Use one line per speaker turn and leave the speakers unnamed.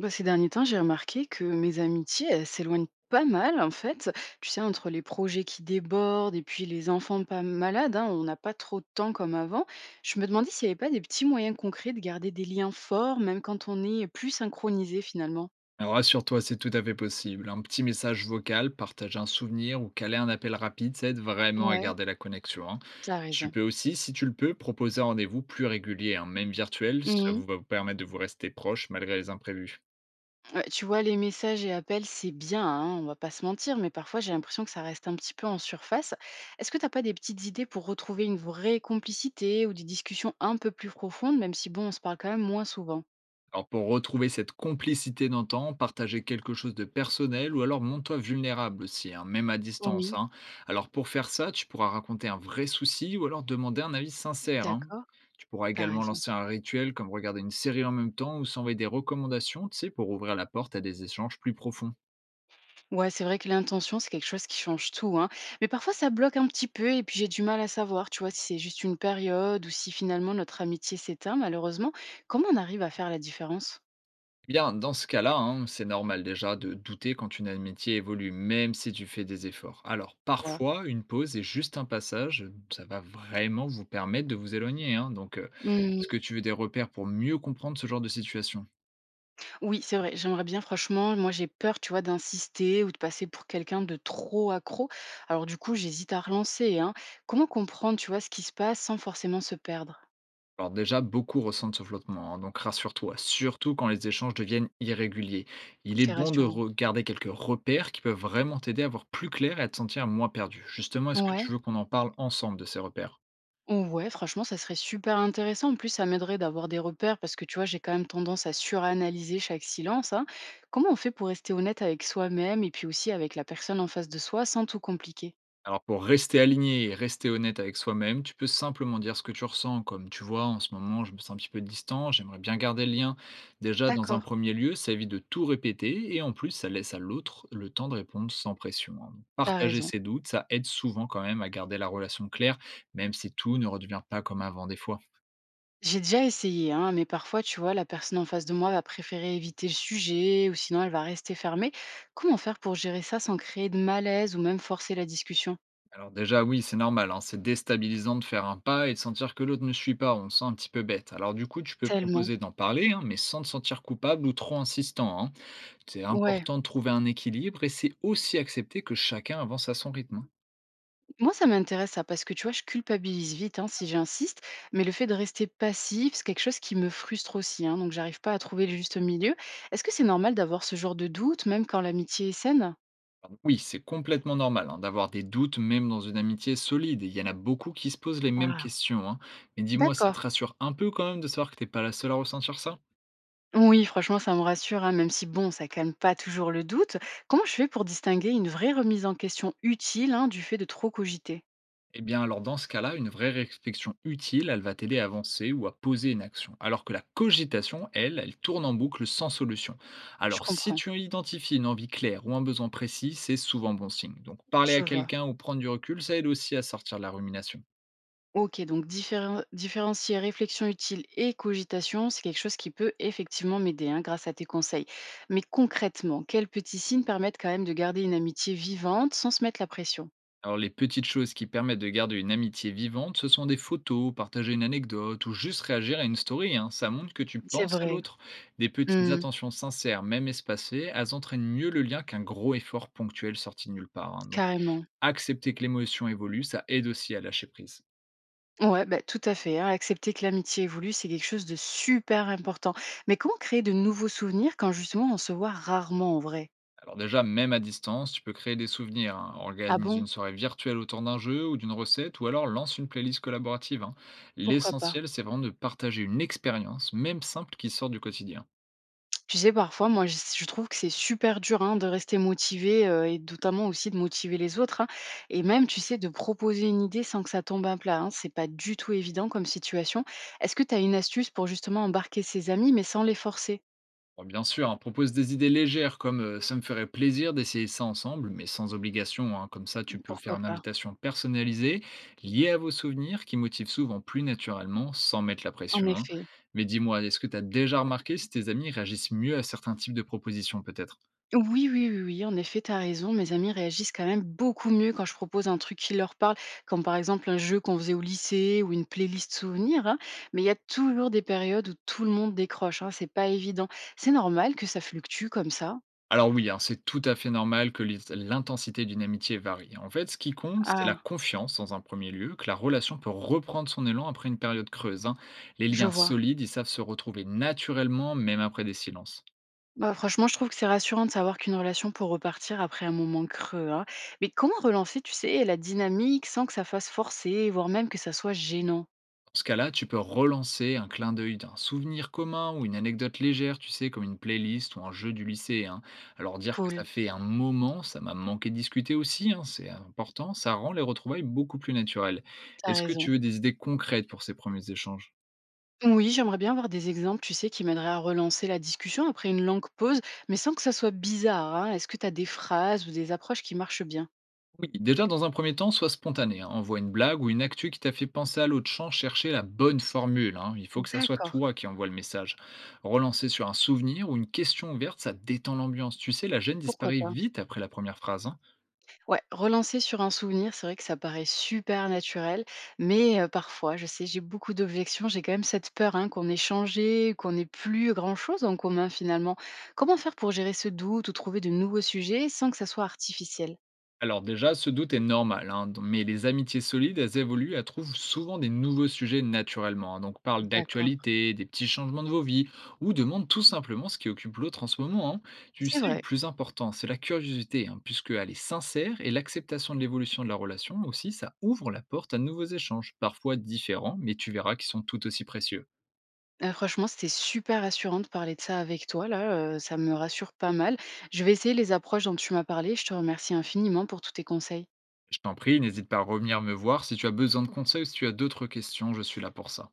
Bah, ces derniers temps, j'ai remarqué que mes amitiés, elles s'éloignent pas mal, en fait. Tu sais, entre les projets qui débordent et puis les enfants pas malades, hein, on n'a pas trop de temps comme avant. Je me demandais s'il n'y avait pas des petits moyens concrets de garder des liens forts, même quand on est plus synchronisé finalement.
Alors, rassure-toi, c'est tout à fait possible. Un petit message vocal, partager un souvenir ou caler un appel rapide, ça aide vraiment à
Ouais,
garder la connexion, hein.
t'as
Tu
raison.
peux aussi, si tu le peux, proposer un rendez-vous plus régulier, hein, même virtuel. Ça vous va vous permettre de vous rester proche malgré les imprévus.
Ouais, tu vois, les messages et appels, c'est bien, hein, on va pas se mentir, mais parfois j'ai l'impression que ça reste un petit peu en surface. Est-ce que t'as pas des petites idées pour retrouver une vraie complicité ou des discussions un peu plus profondes, même si bon, on se parle quand même moins souvent?
Alors pour retrouver cette complicité d'antan, partager quelque chose de personnel ou alors montre-toi vulnérable aussi, hein, même à distance,
Oui,
hein. Alors pour faire ça, tu pourras raconter un vrai souci ou alors demander un avis sincère, hein.
d'accord,
Tu pourras
t'as
également
raison.
lancer un rituel comme regarder une série en même temps ou s'envoyer des recommandations, tu sais, pour ouvrir la porte à des échanges plus profonds.
Ouais, c'est vrai que l'intention, c'est quelque chose qui change tout, hein. Mais parfois ça bloque un petit peu et puis j'ai du mal à savoir, tu vois, si c'est juste une période ou si finalement notre amitié s'éteint, malheureusement. Comment on arrive à faire la différence?
Eh bien, dans ce cas-là, hein, c'est normal déjà de douter quand une amitié évolue, même si tu fais des efforts. Alors,
Tu.
parfois, une pause et juste un passage, ça va vraiment vous permettre de vous éloigner, hein. Donc, est-ce que tu veux des repères pour mieux comprendre ce genre de situation?
Oui, c'est vrai, j'aimerais bien franchement, moi j'ai peur, tu vois, d'insister ou de passer pour quelqu'un de trop accro. Alors du coup, j'hésite à relancer, hein. Comment comprendre, tu vois, ce qui se passe sans forcément se perdre?
Alors déjà, beaucoup ressentent ce flottement, hein, donc rassure-toi, surtout quand les échanges deviennent irréguliers. Il est
C'est
bon de
rassurant.
regarder quelques repères qui peuvent vraiment t'aider à voir plus clair et à te sentir moins perdu. Justement, est-ce que tu
Ouais.
veux qu'on en parle ensemble de ces repères?
Oh ouais, franchement, ça serait super intéressant. En plus, ça m'aiderait d'avoir des repères parce que tu vois, j'ai quand même tendance à suranalyser chaque silence, hein. Comment on fait pour rester honnête avec soi-même et puis aussi avec la personne en face de soi sans tout compliquer?
Alors pour rester aligné et rester honnête avec soi-même, tu peux simplement dire ce que tu ressens, comme tu vois, en ce moment, je me sens un petit peu distant, j'aimerais bien garder le lien. Déjà, dans un
D'accord,
premier lieu, ça évite de tout répéter et en plus, ça laisse à l'autre le temps de répondre sans pression, hein. Donc,
t'as
partager
raison.
ses doutes, ça aide souvent quand même à garder la relation claire, même si tout ne redevient pas comme avant des fois.
J'ai déjà essayé, hein, mais parfois, tu vois, la personne en face de moi va préférer éviter le sujet ou sinon elle va rester fermée. Comment faire pour gérer ça sans créer de malaise ou même forcer la discussion?
Alors déjà, oui, c'est normal, hein, c'est déstabilisant de faire un pas et de sentir que l'autre ne suit pas, on se sent un petit peu bête. Alors du coup, tu peux
Tellement.
proposer d'en parler, hein, mais sans te sentir coupable ou trop insistant, hein. C'est
Ouais,
important de trouver un équilibre et c'est aussi accepter que chacun avance à son rythme, hein.
moi ça m'intéresse ça parce que tu vois, je culpabilise vite hein, si j'insiste, mais le fait de rester passif, c'est quelque chose qui me frustre aussi, hein, donc j'arrive pas à trouver le juste milieu. Est-ce que c'est normal d'avoir ce genre de doute, même quand l'amitié est saine?
Oui, c'est complètement normal, hein, d'avoir des doutes, même dans une amitié solide. Et il y en a beaucoup qui se posent les mêmes
Ah,
questions, hein. Mais dis-moi, ça te
d'accord.
rassure un peu quand même de savoir que t'es pas la seule à ressentir ça?
Oui, franchement, ça me rassure, hein, même si bon, ça calme pas toujours le doute. Comment je fais pour distinguer une vraie remise en question utile hein, du fait de trop cogiter?
Eh bien, alors dans ce cas-là, une vraie réflexion utile, elle va t'aider à avancer ou à poser une action. Alors que la cogitation, elle, elle tourne en boucle sans solution.
Je
Alors, si
comprends,
tu identifies une envie claire ou un besoin précis, c'est souvent bon signe. Donc, parler
je
à
vois.
quelqu'un ou prendre du recul, ça aide aussi à sortir de la rumination.
Ok, donc différencier réflexion utile et cogitation, c'est quelque chose qui peut effectivement m'aider hein, grâce à tes conseils. Mais concrètement, quels petits signes permettent quand même de garder une amitié vivante sans se mettre la pression?
Alors les petites choses qui permettent de garder une amitié vivante, ce sont des photos, partager une anecdote ou juste réagir à une story, hein. Ça montre que tu
C'est
penses à
vrai.
l'autre. Des petites
Hmm,
attentions sincères, même espacées, elles entraînent mieux le lien qu'un gros effort ponctuel sorti de nulle part, hein. Donc
carrément.
accepter que l'émotion évolue, ça aide aussi à lâcher prise.
Ouais, bah, tout à fait, hein. Accepter que l'amitié évolue, c'est quelque chose de super important. Mais comment créer de nouveaux souvenirs quand justement on se voit rarement en vrai?
Alors déjà, même à distance, tu peux créer des souvenirs, hein.
Ah
Organise
bon?
une soirée virtuelle autour d'un jeu ou d'une recette, ou alors lance une playlist collaborative, hein.
Pourquoi pas?
L'essentiel, c'est vraiment de partager une expérience, même simple, qui sort du quotidien.
Tu sais, parfois, moi, je trouve que c'est super dur hein, de rester motivé et notamment aussi de motiver les autres, hein. Et même, tu sais, de proposer une idée sans que ça tombe à plat, hein. C'est pas du tout évident comme situation. Est-ce que tu as une astuce pour justement embarquer ses amis, mais sans les forcer?
Bon, bien sûr, hein, propose des idées légères comme ça me ferait plaisir d'essayer ça ensemble, mais sans obligation, hein. Comme ça, tu peux faire
Pourquoi
une
pas?
invitation personnalisée, liée à vos souvenirs, qui motive souvent plus naturellement, sans mettre la
En
pression, hein.
effet.
Mais dis-moi, est-ce que tu as déjà remarqué si tes amis réagissent mieux à certains types de propositions peut-être?
Oui, oui, oui, oui, en effet, tu as raison. Mes amis réagissent quand même beaucoup mieux quand je propose un truc qui leur parle, comme par exemple un jeu qu'on faisait au lycée ou une playlist souvenir, hein. Mais il y a toujours des périodes où tout le monde décroche, hein. C'est pas évident. C'est normal que ça fluctue comme ça.
Alors oui, hein, c'est tout à fait normal que l'intensité d'une amitié varie. En fait, ce qui compte, c'est la
Ah,
confiance dans un premier lieu, que la relation peut reprendre son élan après une période creuse, hein. Les
je
liens
vois.
solides, ils savent se retrouver naturellement, même après des silences.
Bah, franchement, je trouve que c'est rassurant de savoir qu'une relation peut repartir après un moment creux, hein. Mais comment relancer, tu sais, la dynamique sans que ça fasse forcer, voire même que ça soit gênant?
Dans ce cas-là, tu peux relancer un clin d'œil d'un souvenir commun ou une anecdote légère, tu sais, comme une playlist ou un jeu du lycée, hein. Alors dire que
Cool,
ça fait un moment, ça m'a manqué de discuter aussi, hein, c'est important, ça rend les retrouvailles beaucoup plus naturelles.
t'as
Est-ce que tu
raison.
veux des idées concrètes pour ces premiers échanges?
Oui, j'aimerais bien avoir des exemples, tu sais, qui m'aideraient à relancer la discussion après une longue pause, mais sans que ça soit bizarre, hein. Est-ce que tu as des phrases ou des approches qui marchent bien?
Oui, déjà dans un premier temps, sois spontané, hein. Envoie une blague ou une actu qui t'a fait penser à l'autre champ, chercher la bonne formule, hein. Il faut que ça soit toi
D'accord,
qui envoie le message. Relancer sur un souvenir ou une question ouverte, ça détend l'ambiance. Tu sais, la gêne
pourquoi
disparaît
pas.
vite après la première phrase, hein.
Ouais, relancer sur un souvenir, c'est vrai que ça paraît super naturel, mais parfois, je sais, j'ai beaucoup d'objections, j'ai quand même cette peur hein, qu'on ait changé, qu'on n'ait plus grand-chose en commun finalement. Comment faire pour gérer ce doute ou trouver de nouveaux sujets sans que ça soit artificiel?
Alors déjà, ce doute est normal, hein, mais les amitiés solides, elles évoluent, elles trouvent souvent des nouveaux sujets naturellement, hein. Donc parle
D'accord,
d'actualité, des petits changements de vos vies, ou demande tout simplement ce qui occupe l'autre en ce moment, hein. Tu
c'est
sais, le
vrai.
plus important, c'est la curiosité, hein, puisque elle est sincère, et l'acceptation de l'évolution de la relation aussi, ça ouvre la porte à de nouveaux échanges, parfois différents, mais tu verras qu'ils sont tout aussi précieux.
Franchement, c'était super rassurant de parler de ça avec toi là, ça me rassure pas mal. Je vais essayer les approches dont tu m'as parlé. Je te remercie infiniment pour tous tes conseils.
Je t'en prie, n'hésite pas à revenir me voir si tu as besoin de conseils ou si tu as d'autres questions, je suis là pour ça.